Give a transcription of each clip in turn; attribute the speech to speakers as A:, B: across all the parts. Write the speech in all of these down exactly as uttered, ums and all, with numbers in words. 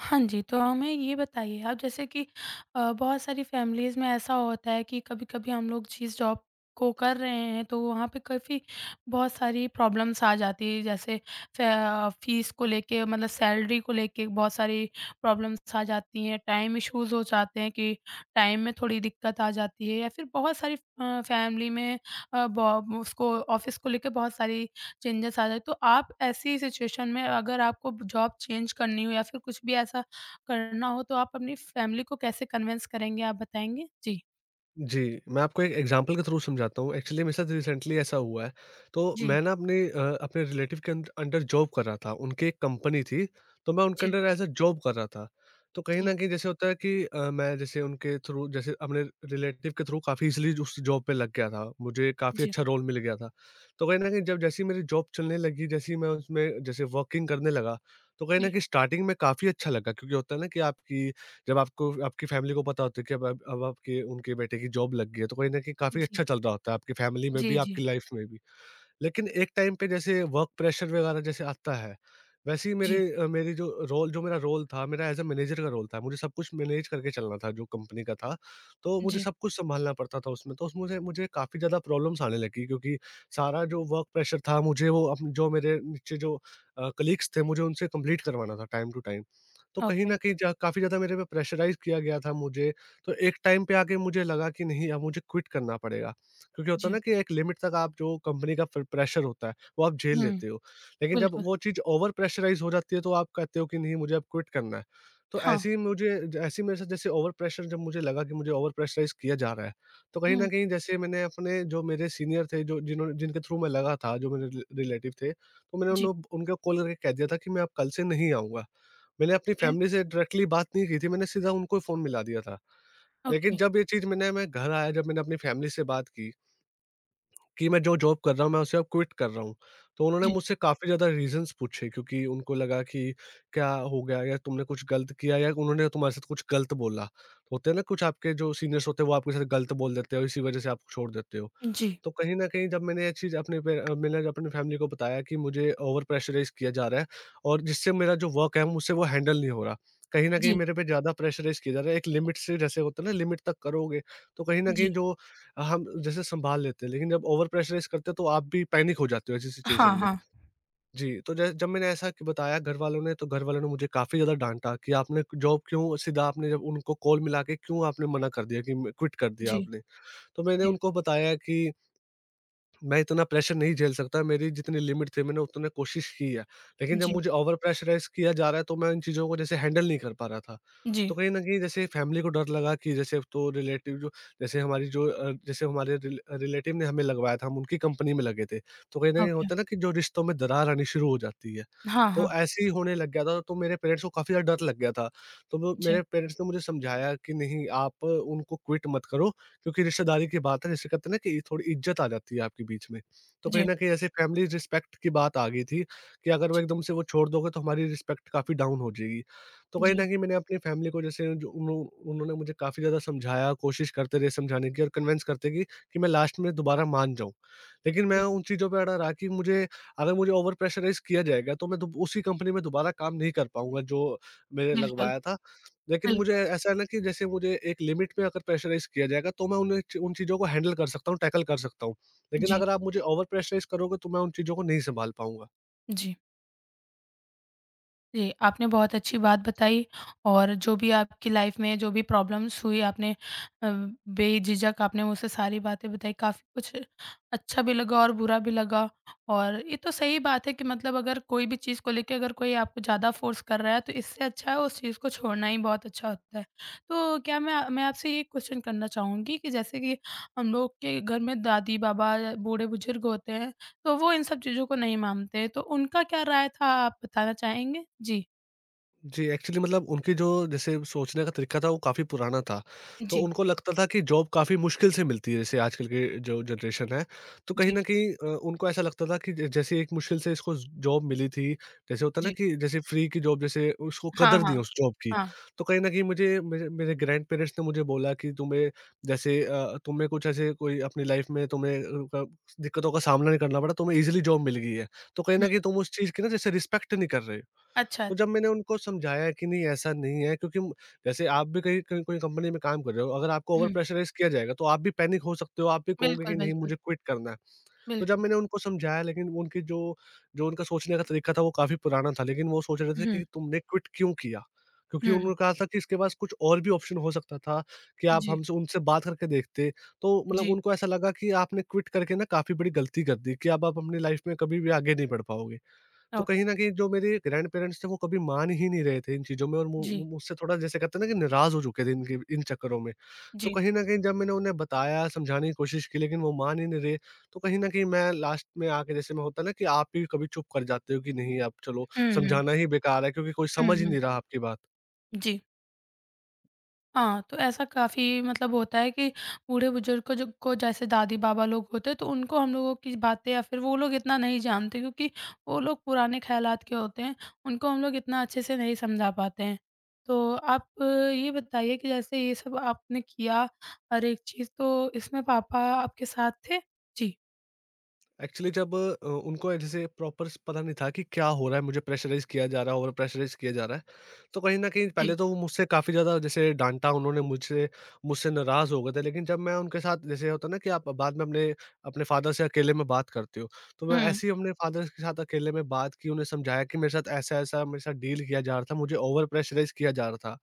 A: हाँ जी, तो हमें ये बताइए आप जैसे कि अ, बहुत सारी फैमिलीज़ में ऐसा होता है कि कभी-कभी हम लोग जिस जॉब को कर रहे हैं, तो वहाँ पे काफ़ी बहुत सारी प्रॉब्लम्स आ जाती है। जैसे फे अ, फ़ीस को लेके मतलब सैलरी को लेके बहुत सारी प्रॉब्लम्स आ जाती हैं, टाइम इश्यूज़ हो जाते हैं कि टाइम में थोड़ी दिक्कत आ जाती है या फिर बहुत सारी अ, फैमिली में अ, बॉ उसको ऑफ़िस को लेके बहुत सारी चेंजेस आ जाए। तो आप ऐसी सिचुएशन में अगर आपको जॉब चेंज करनी हो या फिर कुछ भी ऐसा करना हो तो आप अपनी फैमिली को कैसे कन्विंस करेंगे आप बताएँगे? जी।
B: जी, मैं आपको एक एग्ज़ाम्पल के थ्रू समझाता हूँ। एक्चुअली मेरे साथ रिसेंटली ऐसा हुआ है। तो
A: जी,
B: मैं ना अपने अ, अपने रिलेटिव के अंड अंडर जॉब कर रहा था। उनकी एक कंपनी थी, तो मैं उनके
A: जी,
B: अंडर एज़ अ जॉब कर रहा था। तो कहीं
A: जी,
B: न कहीं जैसे होता है कि अ, मैं जैसे उनके थ्रू, जैसे अपने रिलेटिव के थ्रू काफ़ी ईज़िली उस जॉब पे लग गया था। मुझे काफ़ी
A: जी,
B: अच्छा रोल मिल गया था। तो कहीं न कहीं जब जैसे ही मेरी जॉब चलने लगी, जैसे ही मैं उसमें जैसे वर्किंग करने लगा, तो कहीं न
A: जी,
B: कहीं स्टार्टिंग में काफ़ी अच्छा लगा, क्योंकि होता है ना कि आपकी जब आपको, आपकी फैमिली को पता होता है कि अब अब अब आपके, उनके बेटे की जॉब लग गई है, तो कहीं न कहीं काफ़ी
A: जी,
B: अच्छा चल रहा होता है, आपकी फैमिली में
A: जी,
B: भी,
A: जी,
B: आपकी लाइफ में भी। लेकिन एक टाइम पे जैसे वर्क प्रेशर वगैरह जैसे आता है, वैसे ही मेरे
A: जी,
B: अ, मेरी जो रोल जो मेरा रोल था, मेरा एज़ अ मैनेजर का रोल था। मुझे सब कुछ मैनेज करके चलना था जो कंपनी का था, तो मुझे
A: जी,
B: सब कुछ सँभालना पड़ता था उसमें। तो उसमें मुझे मुझे काफ़ी ज़्यादा प्रॉब्लम्स आने लगी, क्योंकि सारा जो वर्क प्रेशर था मुझे, वो अप जो मेरे नीचे जो अ, कलीग्स थे, मुझे उनसे कंप्लीट करवाना था टाइम टू टाइम। तो कहीं
A: ओके,
B: न कहीं जा काफ़ी ज़्यादा मेरे पे प्रेशराइज़ किया गया था मुझे, तो एक टाइम पे आके मुझे लगा कि नहीं, अब मुझे क्विट करना पड़ेगा। क्योंकि होता है
A: जी,
B: ना कि एक लिमिट तक आप जो कंपनी का प्र प्रेशर होता है, वो आप झेल
A: हुँ,
B: लेते हो। लेकिन जब
A: बिल्कुल,
B: वो चीज़ ओवर प्रेशराइज़ हो जाती है, तो आप कहते हो कि नहीं, मुझे अब क्विट करना है। तो
A: हाँ,
B: ऐसे ही मुझे ज ऐसे ही मेरे साथ जैसे ओवर प्रेशर, जब मुझे लगा कि मुझे ओवर प्रेशराइज़ किया जा रहा है, तो कहीं न
A: हुँ,
B: कहीं जैसे मैंने अपने जो मेरे सीनियर थे, जो जिन्होंने जिनके थ्रू मैं लगा था, जो मेरे रि रिलेटिव थे, तो मैंने उन
A: जी,
B: लोग उनको कॉल करके कह दिया था कि मैं अब कल से नहीं आऊँगा। मैंने अपनी
A: ओके,
B: फैमिली से डायरेक्टली बात नहीं की थी, मैंने सीधा उनको फ़ोन मिला दिया था।
A: ओके,
B: लेकिन जब ये चीज़ मैंने मैं घर आया, जब मैंने अपनी फैमिली से बात की कि मैं जो जॉब कर रहा हूँ, मैं उसे अब क्विट कर रहा हूँ। तो उन्होंने
A: जी,
B: मुझसे काफ़ी ज़्यादा रीज़न्स पूछे, क्योंकि उनको लगा कि क्या हो गया, या तुमने कुछ गलत किया, या उन्होंने तुम्हारे साथ कुछ गलत बोला। तो होते हैं ना कुछ आपके जो सीनियर्स होते हैं, वो आपके साथ गलत बोल देते हैं, और इसी वज़ह से आपको छोड़ देते हो।
A: जी,
B: तो कहीं न कहीं जब मैंने ये चीज़ अपने पे अ, मैंने जब अपनी फैमिली को बताया कि मुझे ओवर प्रेशराइज़ किया जा रहा है, और जिससे मेरा जो वर्क है, मुझसे वो हैंडल नहीं हो रहा। कहीं न कहीं
A: जी,
B: मेरे पे ज़्यादा प्रेशराइज़ किया जा रहा है। एक लिमिट से, जैसे होता है ना, लिमिट तक करोगे तो कहीं न
A: जी,
B: कहीं जो हम जैसे सँभाल लेते हैं, लेकिन जब ओवर प्रेशराइज़ करते हैं, तो आप भी पैनिक हो जाते हो ऐसी सिचुएशन
A: हाँ,
B: में।
A: हाँ,
B: जी, तो जै जब मैंने ऐसा क बताया घरवालों ने, तो घरवालों ने मुझे काफ़ी ज़्यादा डाँटा कि आपने जॉब क्यों सीधा, आपने जब उनको कॉल मिला के क्यों आपने मना कर दिया कि म क्विट कर दिया
A: जी,
B: आपने। तो मैंने
A: जी,
B: उनको बताया कि मैं इतना प्रेशर नहीं झेल सकता, मेरी जितनी लिमिट थी, मैंने उतने कोशिश की है। लेकिन जब
A: जी,
B: मुझे ओवर प्रेशराइज़ किया जा रहा है, तो मैं इन चीज़ों को जैसे हैंडल नहीं कर पा रहा था।
A: जी,
B: तो कहीं न कहीं जैसे फैमिली को डर लगा कि जैसे अब तो रिलेटिव जो, जैसे हमारी जो अ, जैसे हमारे रिल रिलेटिव ने हमें लगवाया था, हम उनकी कंपनी में लगे थे। तो कहीं न कहीं
A: ओके,
B: होता है ना कि जो रिश्तों में दरार आनी शुरू हो जाती है।
A: हाँ, हाँ,
B: तो ऐसे ही होने लग गया था, तो मेरे पेरेंट्स को काफ़ी ज़्यादा डर लग गया था। तो वो
A: जी,
B: मेरे पेरेंट्स ने मुझे समझाया कि नहीं, आप उनको क्विट मत करो, क्योंकि रिश्तेदारी की बात है, जैसे कहते हैं ना कि थोड़ी इज्जत आ जाती है आपके बीच में। तो कहीं
A: जी,
B: न कहीं ऐसे फैमिली रिस्पेक्ट की बात आ गई थी कि अगर वो
A: जी,
B: एकदम से वो छोड़ दोगे, तो हमारी रिस्पेक्ट काफ़ी डाउन हो जाएगी। तो कहीं
A: जी,
B: न कहीं मैंने अपनी फैमिली को जैसे जो उन्हों उन्होंने मुझे काफ़ी ज़्यादा समझाया, कोशिश करते रहे समझाने की और कन्विंस करते कि कि मैं लास्ट में दोबारा मान जाऊँ। लेकिन मैं
A: जी,
B: उन चीज़ों पे अड़ा रहा कि मुझे अगर मुझे ओवर प्रेशराइज़ किया जाएगा, तो मैं दु उसी कंपनी में दोबारा काम नहीं कर पाऊँगा जो मैंने
A: बिल्कुल,
B: लगवाया था। लेकिन मुझे
A: बिल्कुल,
B: ऐसा है ना कि जैसे मुझे एक लिमिट में अगर प्रेशराइज़ किया जाएगा, तो मैं उन्हें च उन चीज़ों को हैंडल कर सकता हूँ, टैकल कर सकता हूँ। लेकिन
A: जी,
B: अगर आप मुझे ओवर प्रेशराइज़ करोगे, तो मैं उन चीज़ों को नहीं सँभाल पाऊँगा।
A: जी। जी, आपने बहुत अच्छी बात बताई और जो भी आपकी लाइफ में जो भी प्रॉब्लम्स हुई आपने अ, बेझिझक आपने मुझसे सारी बातें बताई। काफ़ी कुछ अच्छा भी लगा और बुरा भी लगा और ये तो सही बात है कि मतलब अगर कोई भी चीज़ को लेके अगर कोई आपको ज़्यादा फ़ोर्स कर रहा है तो इससे अच्छा है उस चीज़ को छोड़ना ही बहुत अच्छा होता है। तो क्या मैं मैं आपसे ये क्वेश्चन करना चाहूँगी कि जैसे कि हम लोग के घर में दादी-बाबा, बूढ़े-बुजुर्ग होते हैं तो वो इन सब चीज़ों को नहीं मानते, तो उनका क्या राय था आप बताना चाहेंगे? जी।
B: जी, एक्चुअली मतलब उनकी जो जैसे सोचने का तरीका था, वो काफ़ी पुराना था। तो
A: जी,
B: उनको लगता था कि जॉब काफ़ी मुश्किल से मिलती है, जैसे आजकल की जो जनरेशन है। तो कहीं
A: जी,
B: न कहीं अ, उनको ऐसा लगता था कि ज जैसे एक मुश्किल से इसको जॉब मिली थी, जैसे होता है ना
A: जी।
B: कि जैसे फ्री की जॉब, जैसे उसको
A: हाँ,
B: कदर दी
A: हाँ,
B: उस जॉब की।
A: हाँ।
B: तो कहीं न कहीं मुझे मेरे मेरे ग्रैंड पेरेंट्स ने मुझे बोला कि तुम्हें जैसे अ, तुम्हें कुछ ऐसे कोई अपनी लाइफ में तुम्हें अ, का- दिक्कतों का सामना नहीं करना पड़ा, तुम्हें ईज़िली जॉब मिल गई है। तो कहीं
A: हुँ,
B: न कहीं तुम उस चीज़ की ना जैसे रिस्पेक्ट नहीं कर रहे हो।
A: अच्छा,
B: तो
A: अच्छा।
B: जब मैंने उनको समझाया कि नहीं, ऐसा नहीं है, क्योंकि म जैसे आप भी कहीं कहीं कोई कंपनी में काम कर रहे हो, अगर आपको ओवर
A: हुँ,
B: प्रेशराइज़ किया जाएगा, तो आप भी पैनिक हो सकते हो, आप भी कहोगे
A: बिल्कुल,
B: कि नहीं,
A: बिल्कुल,
B: मुझे क्विट करना है। तो जब
A: बिल्कुल।
B: मैंने उनको समझाया, लेकिन वो उनकी जो जो उनका सोचने का तरीका था वो काफ़ी पुराना था, लेकिन वो सोच रहे थे
A: हुँ,
B: कि तुमने क्विट क्यों किया? क्योंकि
A: हुँ।
B: उन्होंने कहा था कि इसके पास कुछ और भी ऑप्शन हो सकता था कि आप
A: जी,
B: हमसे उनसे बात करके देखते। तो मतलब
A: जी,
B: उनको ऐसा लगा कि आपने क्विट करके ना काफ़ी बड़ी गलती कर दी कि अब आप अपनी लाइफ़ में कभी भी आगे नहीं बढ़ पाओगे। तो
A: ओके।
B: कहीं न कहीं जो मेरे ग्रैंडपेरेंट्स थे, वो कभी मान ही नहीं रहे थे इन चीज़ों में, और मु मु
A: जी,
B: मुझसे थोड़ा, जैसे कहते हैं ना कि, नाराज़ हो चुके थे इनके इन चक्करों में। तो
A: जी।
B: कहीं न कहीं जब मैंने उन्हें बताया, समझाने की कोशिश की, लेकिन वो मान ही नहीं रहे, तो कहीं न कहीं मैं लास्ट में आके, जैसे मैं होता है ना कि आप ही कभी चुप कर जाते हो कि नहीं, अब चलो
A: हुँ, हुँ।
B: समझाना ही बेकार है, क्योंकि कोई
A: हुँ,
B: समझ ही
A: हुँ।
B: नहीं रहा आपकी बात।
A: जी। हाँ, तो ऐसा काफ़ी मतलब होता है कि बूढ़े-बुज़ुर्ग को जो को जैसे दादी-बाबा लोग होते हैं, तो उनको हम लोगों की बातें या फिर वो लोग इतना नहीं जानते क्योंकि वो लोग पुराने ख़्यालात के होते हैं, उनको हम लोग इतना अच्छे से नहीं समझा पाते हैं। तो आप अ, ये बताइए कि जैसे ये सब आपने किया हर एक चीज़, तो इसमें पापा आपके साथ थे? जी।
B: एक्चुअली जब अ, उनको जैसे प्रॉपर पता नहीं था कि क्या हो रहा है, मुझे प्रेशराइज किया जा रहा है, ओवर प्रेशराइज किया जा रहा है, तो कहीं ना कहीं
A: जी।
B: पहले तो वो मुझसे काफ़ी ज़्यादा जैसे डांटा उन्होंने, मुझसे मुझसे नाराज़ हो गए थे, लेकिन जब मैं उनके साथ, जैसे होता ना कि आप बाद में अपने अपने फादर से अकेले में बात करते हो, तो मैं
A: हुँ,
B: ऐसे ही अपने फादर के साथ अकेले में बात की, उन्हें समझाया कि मेरे साथ ऐसा ऐसा मेरे साथ डील किया जा रहा था, मुझे ओवर प्रेशराइज किया जा रहा था।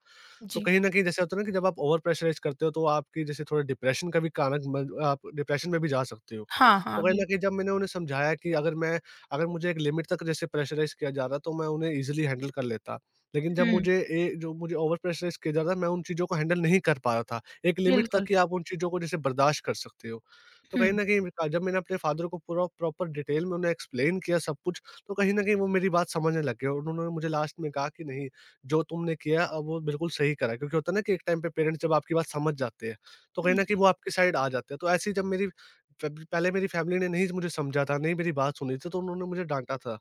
B: तो
A: जी।
B: कहीं न कहीं जैसे होता है ना कि जब आप ओवर प्रेशराइज़ करते हो, तो आपकी जैसे थोड़ा डिप्रेशन का भी कारण बन, आप डिप्रेशन में भी जा सकते हो।
A: हाँ,
B: तो
A: हाँ,
B: कहीं न कहीं
A: बिल्कुल।
B: जब मैंने उन्हें समझाया कि अगर मैं, अगर मुझे एक लिमिट तक जैसे प्रेशराइज़ किया जा रहा है, तो मैं उन्हें ईज़िली हैंडल कर लेता। लेकिन जब
A: हुँ,
B: मुझे ए जो मुझे ओवर प्रेशराइज़ किया जा रहा है, मैं उन चीज़ों को हैंडल नहीं कर पा रहा था। एक लिमिट
A: बिल्कुल।
B: तक ही आप उन चीज़ों को जैसे बर्दाश्त कर सकते हो। तो
A: हुँ,
B: कहीं न कहीं अ, जब मैंने अपने फ़ादर को पूरा प्रॉपर डिटेल में उन्हें एक्सप्लेन किया सब कुछ, तो कहीं न कहीं वो मेरी बात समझने लग गए, और उन्होंने मुझे लास्ट में कहा कि नहीं, जो तुमने किया अब वो बिल्कुल सही करा है। क्योंकि होता है ना कि एक टाइम पे पेरेंट्स जब आपकी बात समझ जाते हैं, तो
A: हुँ,
B: कहीं न
A: जी,
B: कहीं वो आपकी साइड आ जाते हैं। तो ऐसे ही जब मेरी फैब पहले मेरी फैमिली ने नहीं मुझे समझा था, नहीं मेरी बात सुनी थी, तो उन्होंने मुझे डाँटा था।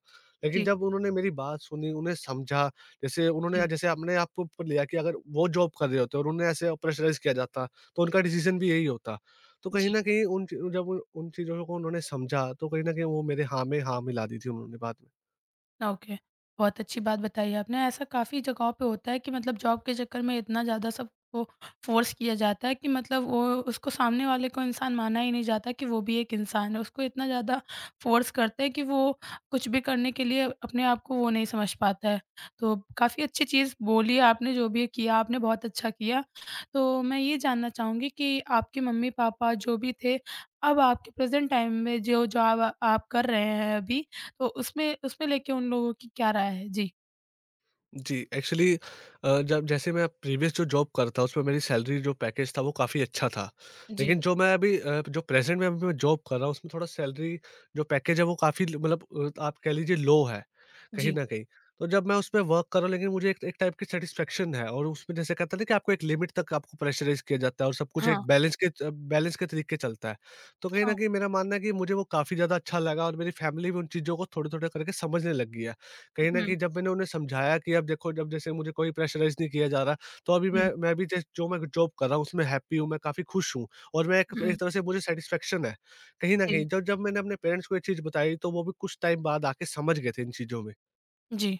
B: लेकिन
A: जी,
B: जब उन्होंने मेरी बात सुनी, उन्हें समझा, जैसे उन्होंने
A: जी,
B: जैसे अपने आप के ऊपर लिया कि अगर वो जॉब कर रहे होते और उन्हें ऐसे प्रेशराइज़ किया जाता, तो उनका डिसीज़न भी यही होता। तो कहीं
A: जी।
B: न कहीं उन ची जब उन उन चीज़ों को उन्होंने समझा, तो कहीं न कहीं वो मेरे हाँ में हाँ मिला दी थी उन्होंने बाद में।
A: ओके। बहुत अच्छी बात बताई आपने। ऐसा काफ़ी जगहों पे होता है कि मतलब जॉब के चक्कर में इतना ज़्यादा सबको फ़ोर्स किया जाता है कि मतलब वो उसको सामने वाले को इंसान माना ही नहीं जाता कि वो भी एक इंसान है। उसको इतना ज़्यादा फ़ोर्स करते हैं कि वो कुछ भी करने के लिए अपने आप को वो नहीं समझ पाता है। तो काफ़ी अच्छी चीज़ बोली है आपने, जो भी किया आपने बहुत अच्छा किया। तो मैं ये जानना चाहूँगी कि आपके मम्मी-पापा जो भी थे, अब आपके प्रेज़ेंट टाइम में जो जॉब आप कर रहे हैं अभी, तो उसमें उसमें लेके उन लोगों की क्या राय है? जी।
B: जी, एक्चुअली अ, जब जैसे मैं प्रीवियस जो जॉब करता उसमें मेरी सैलरी जो पैकेज था वो काफ़ी अच्छा था।
A: जी,
B: लेकिन जो मैं अभी अ, जो प्रेज़ेंट में अभी मैं जॉब कर रहा हूँ उसमें थोड़ा सैलरी जो पैकेज है वो काफ़ी ल मतलब अ, आप कह लीजिए लो है, कहीं
A: जी।
B: न कहीं। तो जब मैं उसमें वर्क कर रहा हूँ लेकिन मुझे एक एक टाइप की सैटिस्फैक्शन है और उसमें जैसे कहते हैं ना कि आपको एक लिमिट तक आपको प्रेशराइज़ किया जाता है और सब कुछ
A: हाँ,
B: एक बैलेंस के च बैलेंस के तरीके चलता है। तो कहीं
A: हाँ।
B: न कहीं मेरा मानना है कि मुझे वो काफ़ी ज़्यादा अच्छा लगा और मेरी फैमिली भी उन चीज़ों को थोड़ा-थोड़ा करके समझने लग गई है। कहीं न
A: हुँ,
B: कहीं जब मैंने उन्हें समझाया कि अब देखो जब जैसे मुझे कोई प्रेशराइज़ नहीं किया जा रहा, तो अभी
A: हुँ,
B: मैं मैं भी जैस जो मैं जॉब कर रहा हूँ उसमें हैप्पी हूँ, मैं काफ़ी खुश हूँ और मैं एक
A: हुँ।
B: एक तरह से मुझे सैटिस्फैक्शन है। कहीं न
A: जी,
B: कहीं जब जब मैंने अपने पेरेंट्स को ये चीज़ बताई तो वो भी कुछ टाइम बाद आके समझ गए थे इन चीज़ों में।
A: जी।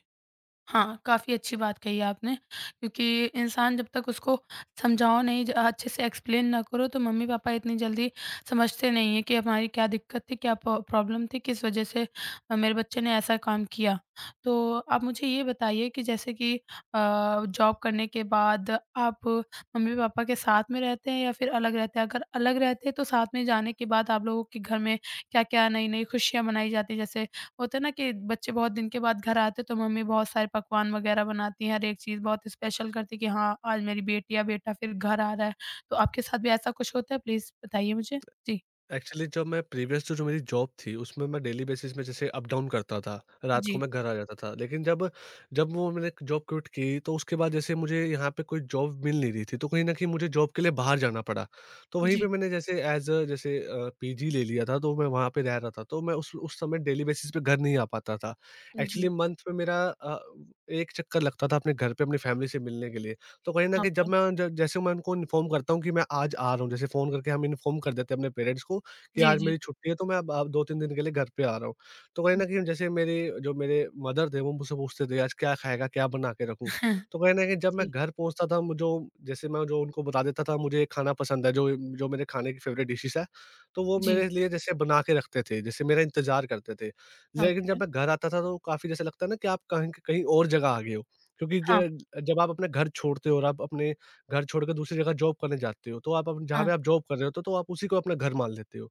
A: हाँ, काफ़ी अच्छी बात कही आपने क्योंकि इंसान जब तक उसको समझाओ नहीं ज अच्छे से एक्सप्लेन ना करो तो मम्मी-पापा इतनी जल्दी समझते नहीं हैं कि हमारी क्या दिक्कत थी, क्या प प्रॉब्लम थी, किस वज़ह से अ, मेरे बच्चे ने ऐसा काम किया। तो आप मुझे ये बताइए कि जैसे कि अ, जॉब करने के बाद आप मम्मी-पापा के साथ में रहते हैं या फिर अलग रहते हैं? अगर अलग रहते हैं तो साथ में जाने के बाद आप लोगों के घर में क्या-क्या नई-नई खुशियाँ मनाई जाती हैं? जैसे होता है ना कि बच्चे बहुत दिन के बाद घर आते तो मम्मी बहुत सारे पकवान वगैरह बनाती हैं, हर एक चीज़ बहुत स्पेशल करती है कि हाँ, आज मेरी बेटी या बेटा फिर घर आ रहा है। तो आपके साथ भी ऐसा कुछ होता है? प्लीज़ बताइए मुझे। जी।
B: एक्चुअली जब मैं प्रीवियस जो जो मेरी जॉब थी, उसमें मैं डेली बेसिस में जैसे अप डाउन करता था, रात को
A: जी,
B: मैं घर आ जाता था। लेकिन जब जब वो मैंने जॉब क्विट की, तो उसके बाद जैसे मुझे यहाँ पे कोई जॉब मिल नहीं रही थी, तो कहीं न कहीं मुझे जॉब के लिए बाहर जाना पड़ा। तो वहीं
A: जी,
B: पे मैंने जैसे एज़ अ जैसे अ, पीजी ले लिया था, तो मैं वहाँ पे रह रहा था। तो मैं उस उस समय डेली बेसिस पे घर नहीं आ पाता था।
A: जी।
B: एक्चुअली मंथ में मेरा अ, एक चक्कर लगता था अपने घर पे अपनी फैमिली से मिलने के लिए। तो कहीं न कहीं
A: ओके।
B: जब मैं ज जैसे मैं उनको इन्फॉर्म करता हूँ कि मैं आज आ रहा हूँ, जैसे फ़ोन करके हम इन्फॉर्म कर देते हैं अपने पेरेंट्स को कि
A: जी,
B: आज
A: जी,
B: मेरी छुट्टी है तो मैं अब अब दो तीन दिन के लिए घर पे आ रहा हूँ। तो कहीं न
A: जी।
B: कहीं जैसे मेरे जो मेरे मदर थे वो मुझसे पूछते थे आज क्या खाएगा, क्या बना के रखूँ? तो कहीं न कहीं जब मैं
A: जी,
B: घर पहुँचता था म जो जैसे मैं जो उनको बता देता था मुझे ये खाना पसंद है, जो जो मेरे खाने की फ़ेवरेट डिशेज़ है, तो वो
A: जी।
B: मेरे लिए जैसे बना के रखते थे, जैसे मेरा इंतज़ार करते थे। लेकिन
A: ओके।
B: जब मैं घर आता था तो काफ़ी जैसे लगता है ना कि आप कहीं कहीं और जगह आ गए हो। क्योंकि
A: हाँ,
B: ज जब आप अपने घर छोड़ते हो और आप अपने घर छोड़ के दूसरी जगह जॉब करने जाते हो, तो आप अप जहाँ
A: हाँ।
B: पे आप जॉब कर रहे होते हो तो आप उसी को अपना घर मान लेते हो।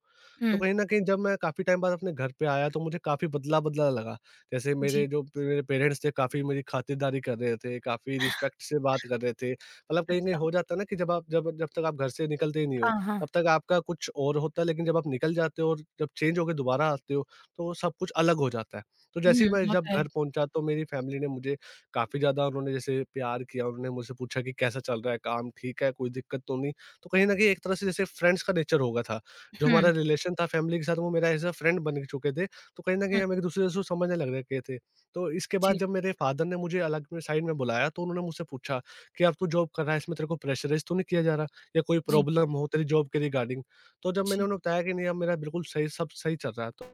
B: तो
A: हुँ,
B: कहीं न कहीं जब मैं काफ़ी टाइम बाद अपने घर पे आया तो मुझे काफ़ी बदला-बदला लगा। जैसे मेरे
A: जी।
B: जो प मेरे पेरेंट्स थे काफ़ी मेरी खातिरदारी कर रहे थे, काफ़ी रिस्पेक्ट से बात कर रहे थे। मतलब कहीं न कहीं
A: अच्छा।
B: हो जाता है ना कि जब आप जब जब तक आप घर से निकलते ही नहीं हो,
A: हाँ, हाँ।
B: तब तक आपका कुछ और होता है, लेकिन जब आप निकल जाते हो और जब चेंज होके दोबारा आते हो, तो सब कुछ अलग हो जाता है। तो
A: हुँ,
B: जैसे ही मैं जब
A: होता है।
B: घर पहुँचा तो मेरी फैमिली ने मुझे काफ़ी ज़्यादा उन्होंने जैसे प्यार किया, उन्होंने मुझसे पूछा कि कैसा चल रहा है काम, ठीक है, कोई दिक्कत तो नहीं? तो कहीं न कहीं एक तरह से जैसे फ्रेंड्स का नेचर हो गया था। जो
A: हुँ,
B: हमारा रिलेशन था फैमिली के साथ वो मेरा ऐज़ अ फ्रेंड बन चुके थे, तो कहीं न कहीं
A: हुँ।
B: हम एक-दूसरे से समझने लग गए थे। तो इसके
A: जी,
B: बाद जब मेरे फादर ने मुझे अलग में साइड में बुलाया तो उन्होंने मुझसे पूछा कि, "अब तू जॉब कर रहा है, इसमें तेरे को प्रेशराइज़ तो नहीं किया जा रहा या कोई
A: जी,
B: प्रॉब्लम हो तेरी जॉब के रिगार्डिंग?" तो जब मैंने
A: जी,
B: उन्हें बताया कि, "नहीं, अब मेरा बिल्कुल सही सब सही चल रहा है।" तो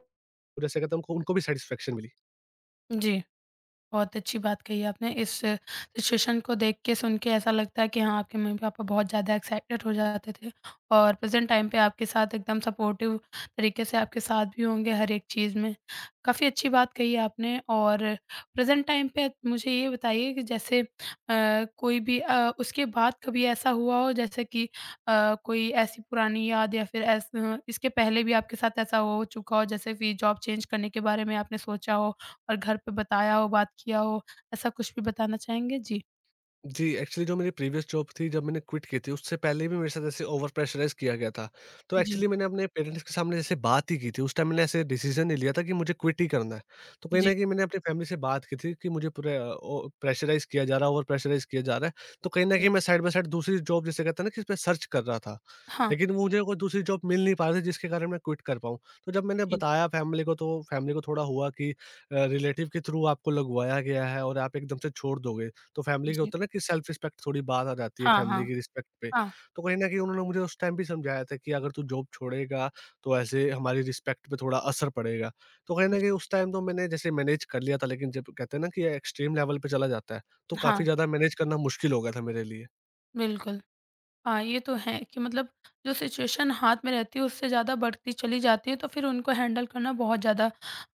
B: जैसे कहते हैं उनको उनको भी सैटिस्फैक्शन मिली।
A: जी। बहुत अच्छी बात कही आपने। इस सिचुएशन को देख के, सुन के ऐसा लगता है कि हाँ, आपके मम्मी-पापा बहुत ज़्यादा एक्साइटेड हो जाते थे और प्रेज़ेंट टाइम पे आपके साथ एकदम सपोर्टिव तरीके से आपके साथ भी होंगे हर एक चीज़ में। काफ़ी अच्छी बात कही आपने और प्रेज़ेंट टाइम पे मुझे ये बताइए कि जैसे अ, कोई भी अ, उसके बाद कभी ऐसा हुआ हो जैसे कि अ, कोई ऐसी पुरानी याद या फिर ऐस इसके पहले भी आपके साथ ऐसा हो चुका हो, जैसे कि जॉब चेंज करने के बारे में आपने सोचा हो और घर पे बताया हो, बात किया हो, ऐसा कुछ भी बताना चाहेंगे? जी।
B: जी, एक्चुअली जो मेरी प्रीवियस जॉब थी जब मैंने क्विट की थी उससे पहले भी मेरे साथ ऐसे ओवर प्रेशराइज़ किया गया था। तो
A: जी,
B: एक्चुअली मैंने अपने पेरेंट्स के सामने जैसे बात ही की थी, उस टाइम मैंने ऐसे डिसीज़न नहीं लिया था कि मुझे क्विट ही करना है। तो कहीं
A: जी,
B: न कहीं मैंने अपनी फैमिली से बात की थी कि मुझे पूरे अ, ओ प्रेशराइज़ किया जा रहा है, ओवर प्रेशराइज़ किया जा रहा है। तो कहीं न
A: जी।
B: कहीं मैं साइड बाय साइड दूसरी जॉब जैसे कहते हैं ना कि इसमें सर्च कर रहा था।
A: हाँ,
B: लेकिन वो मुझे कोई दूसरी जॉब मिल नहीं पा रही थी जिसके कारण मैं क्विट कर पाऊँ। तो जब मैंने
A: जी,
B: बताया फैमिली को तो फैमिली को थोड़ा हुआ कि अ, रिलेटिव के थ्रू आपको लगवाया गया है और आप एकदम से छोड़ दोगे। तो फैमिली के
A: जी।
B: होता है ना कि सेल्फ रिस्पेक्ट थोड़ी बात आ जाती है
A: हाँ,
B: फैमिली
A: हाँ,
B: की रिस्पेक्ट पे।
A: हाँ,
B: तो कहीं न कहीं उन्होंने मुझे उस टाइम भी समझाया था कि अगर तू जॉब छोड़ेगा तो ऐसे हमारी रिस्पेक्ट पे थोड़ा असर पड़ेगा। तो कहीं
A: जी,
B: न कहीं उस टाइम तो मैंने जैसे मैनेज कर लिया था, लेकिन जब कहते हैं ना कि एक्सट्रीम लेवल पे चला जाता है, तो
A: हाँ,
B: काफ़ी ज़्यादा मैनेज करना मुश्किल हो गया था मेरे लिए।
A: बिल्कुल। हाँ, ये तो है कि मतलब जो सिचुएशन हाथ में रहती है उससे ज़्यादा बढ़ती चली जाती है तो फिर उनको हैंडल करना बहुत ज़्यादा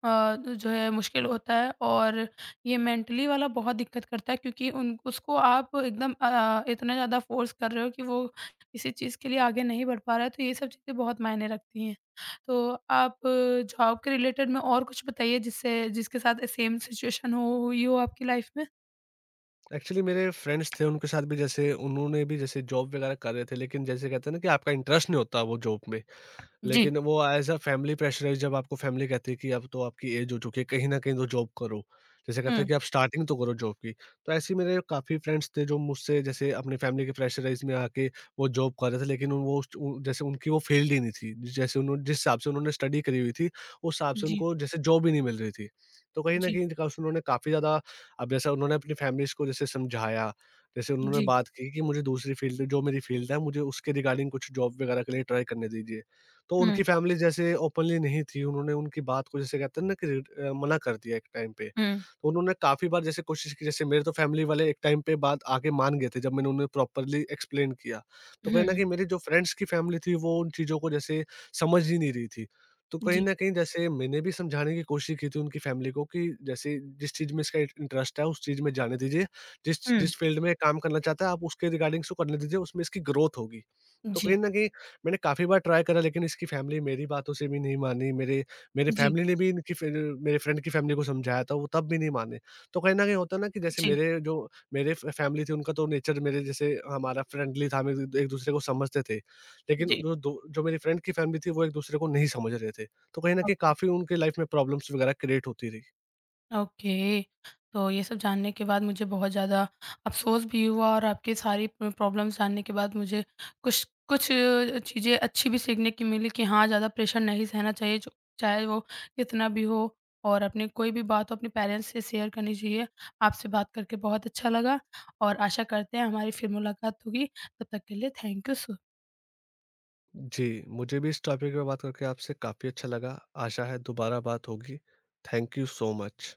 A: अ, जो है मुश्किल होता है और ये मेंटली वाला बहुत दिक्कत करता है क्योंकि उन उसको आप एकदम अ, इतना ज़्यादा फोर्स कर रहे हो कि वो किसी चीज़ के लिए आगे नहीं बढ़ पा रहा है तो ये सब चीज़ें बहुत मायने रखती हैं। तो आप जॉब के रिलेटेड में और कुछ बताइए जिससे जिसके साथ सेम सिचुएशन हो हुई हो आपकी लाइफ में?
B: एक्चुअली मेरे फ्रेंड्स थे उनके साथ भी जैसे उन्होंने भी जैसे जॉब वगैरह कर रहे थे, लेकिन जैसे कहते हैं ना कि आपका इंटरेस्ट नहीं होता वो जॉब में।
A: जी।
B: लेकिन वो एज़ अ फैमिली प्रेशराइज़ जब आपको फैमिली कहती है कि अब तो आपकी एज हो चुकी है, कहीं न कहीं तो जॉब करो। जैसे कहते हैं
A: हुँ।
B: कि आप स्टार्टिंग तो करो जॉब की। तो ऐसे ही मेरे काफ़ी फ्रेंड्स थे जो मुझसे जैसे अपनी फैमिली के प्रेशराइज़ में आके वो जॉब कर रहे थे, लेकिन उन- वो उस उ जैसे उनकी वो फील्ड ही नहीं थी। जैसे उन्होंने जिस हिसाब से उन्होंने स्टडी करी हुई थी, उस हिसाब से
A: जी,
B: उनको जैसे जॉब ही नहीं मिल रही थी। तो कहीं न
A: जी,
B: कहीं बिकॉज़ उन्होंने काफ़ी ज़्यादा अब जैसा उन्होंने अपनी फैमिलीज़ को जैसे समझाया, जैसे उन्होंने
A: जी।
B: बात की कि मुझे दूसरी फील्ड जो मेरी फील्ड है मुझे उसके रिगार्डिंग कुछ जॉब वगैरह के लिए ट्राई करने दीजिए। तो
A: हुँ,
B: उनकी फैमिली जैसे ओपनली नहीं थी, उन्होंने उनकी बात को जैसे कहते हैं ना कि रिड अ, मना कर दिया एक टाइम पे।
A: हुँ,
B: तो उन्होंने काफ़ी बार जैसे कोशिश की, जैसे मेरे तो फैमिली वाले एक टाइम पे बात आके मान गए थे जब मैंने उन्हें प्रॉपर्ली एक्सप्लेन किया। तो कहीं न
A: हुँ।
B: कहीं मेरी जो फ्रेंड्स की फैमिली थी वो उन चीज़ों को जैसे समझ ही नहीं रही थी। तो कहीं
A: जी।
B: न कहीं जैसे मैंने भी समझाने की कोशिश की थी उनकी फैमिली को कि जैसे जिस चीज़ में इसका इंट इंटरेस्ट है उस चीज़ में जाने दीजिए। जिस
A: हुँ।
B: जिस फील्ड में काम करना चाहता है आप उसके रिगार्डिंग इसको करने दीजिए, उसमें इसकी ग्रोथ होगी। तो
A: जी,
B: कहीं न कहीं मैंने काफ़ी बार ट्राई करा, लेकिन इसकी फैमिली मेरी बातों से भी नहीं मानी, मेरे मेरे
A: जी,
B: फैमिली ने भी इनकी फ़िर मेरे फ्रेंड की फैमिली को समझाया था, वो तब भी नहीं माने। तो कहीं न कहीं होता है ना कि जैसे
A: जी,
B: मेरे जो मेरे फ फैमिली थी उनका तो नेचर मेरे जैसे हमारा फ्रेंडली था, हम एक एक-दूसरे को समझते थे। लेकिन
A: जी।
B: जो दो जो मेरी फ्रेंड की फैमिली थी वो एक-दूसरे को नहीं समझ रहे थे। तो कहीं न कहीं
A: ओके,
B: काफ़ी उनके लाइफ़ में प्रॉब्लम्स वग़ैरह क्रिएट होती रही।
A: ओके। तो ये सब जानने के बाद मुझे बहुत ज़्यादा अफ़सोस भी हुआ और आपकी सारी प्र प्रॉब्लम्स जानने के बाद मुझे कुछ कुछ चीज़ें अच्छी भी सीखने की मिली कि हाँ, ज़्यादा प्रेशर नहीं सहना चाहिए जो चाहे वो कितना भी हो और अपनी कोई भी बात हो अपने पेरेंट्स से शेयर करनी चाहिए। आपसे बात करके बहुत अच्छा लगा और आशा करते हैं हमारी फिर मुलाकात होगी। तब तक के लिए थैंक यू सो
B: जी, मुझे भी इस टॉपिक पे बात करके आपसे काफ़ी अच्छा लगा। आशा है दोबारा बात होगी। Thank you so much.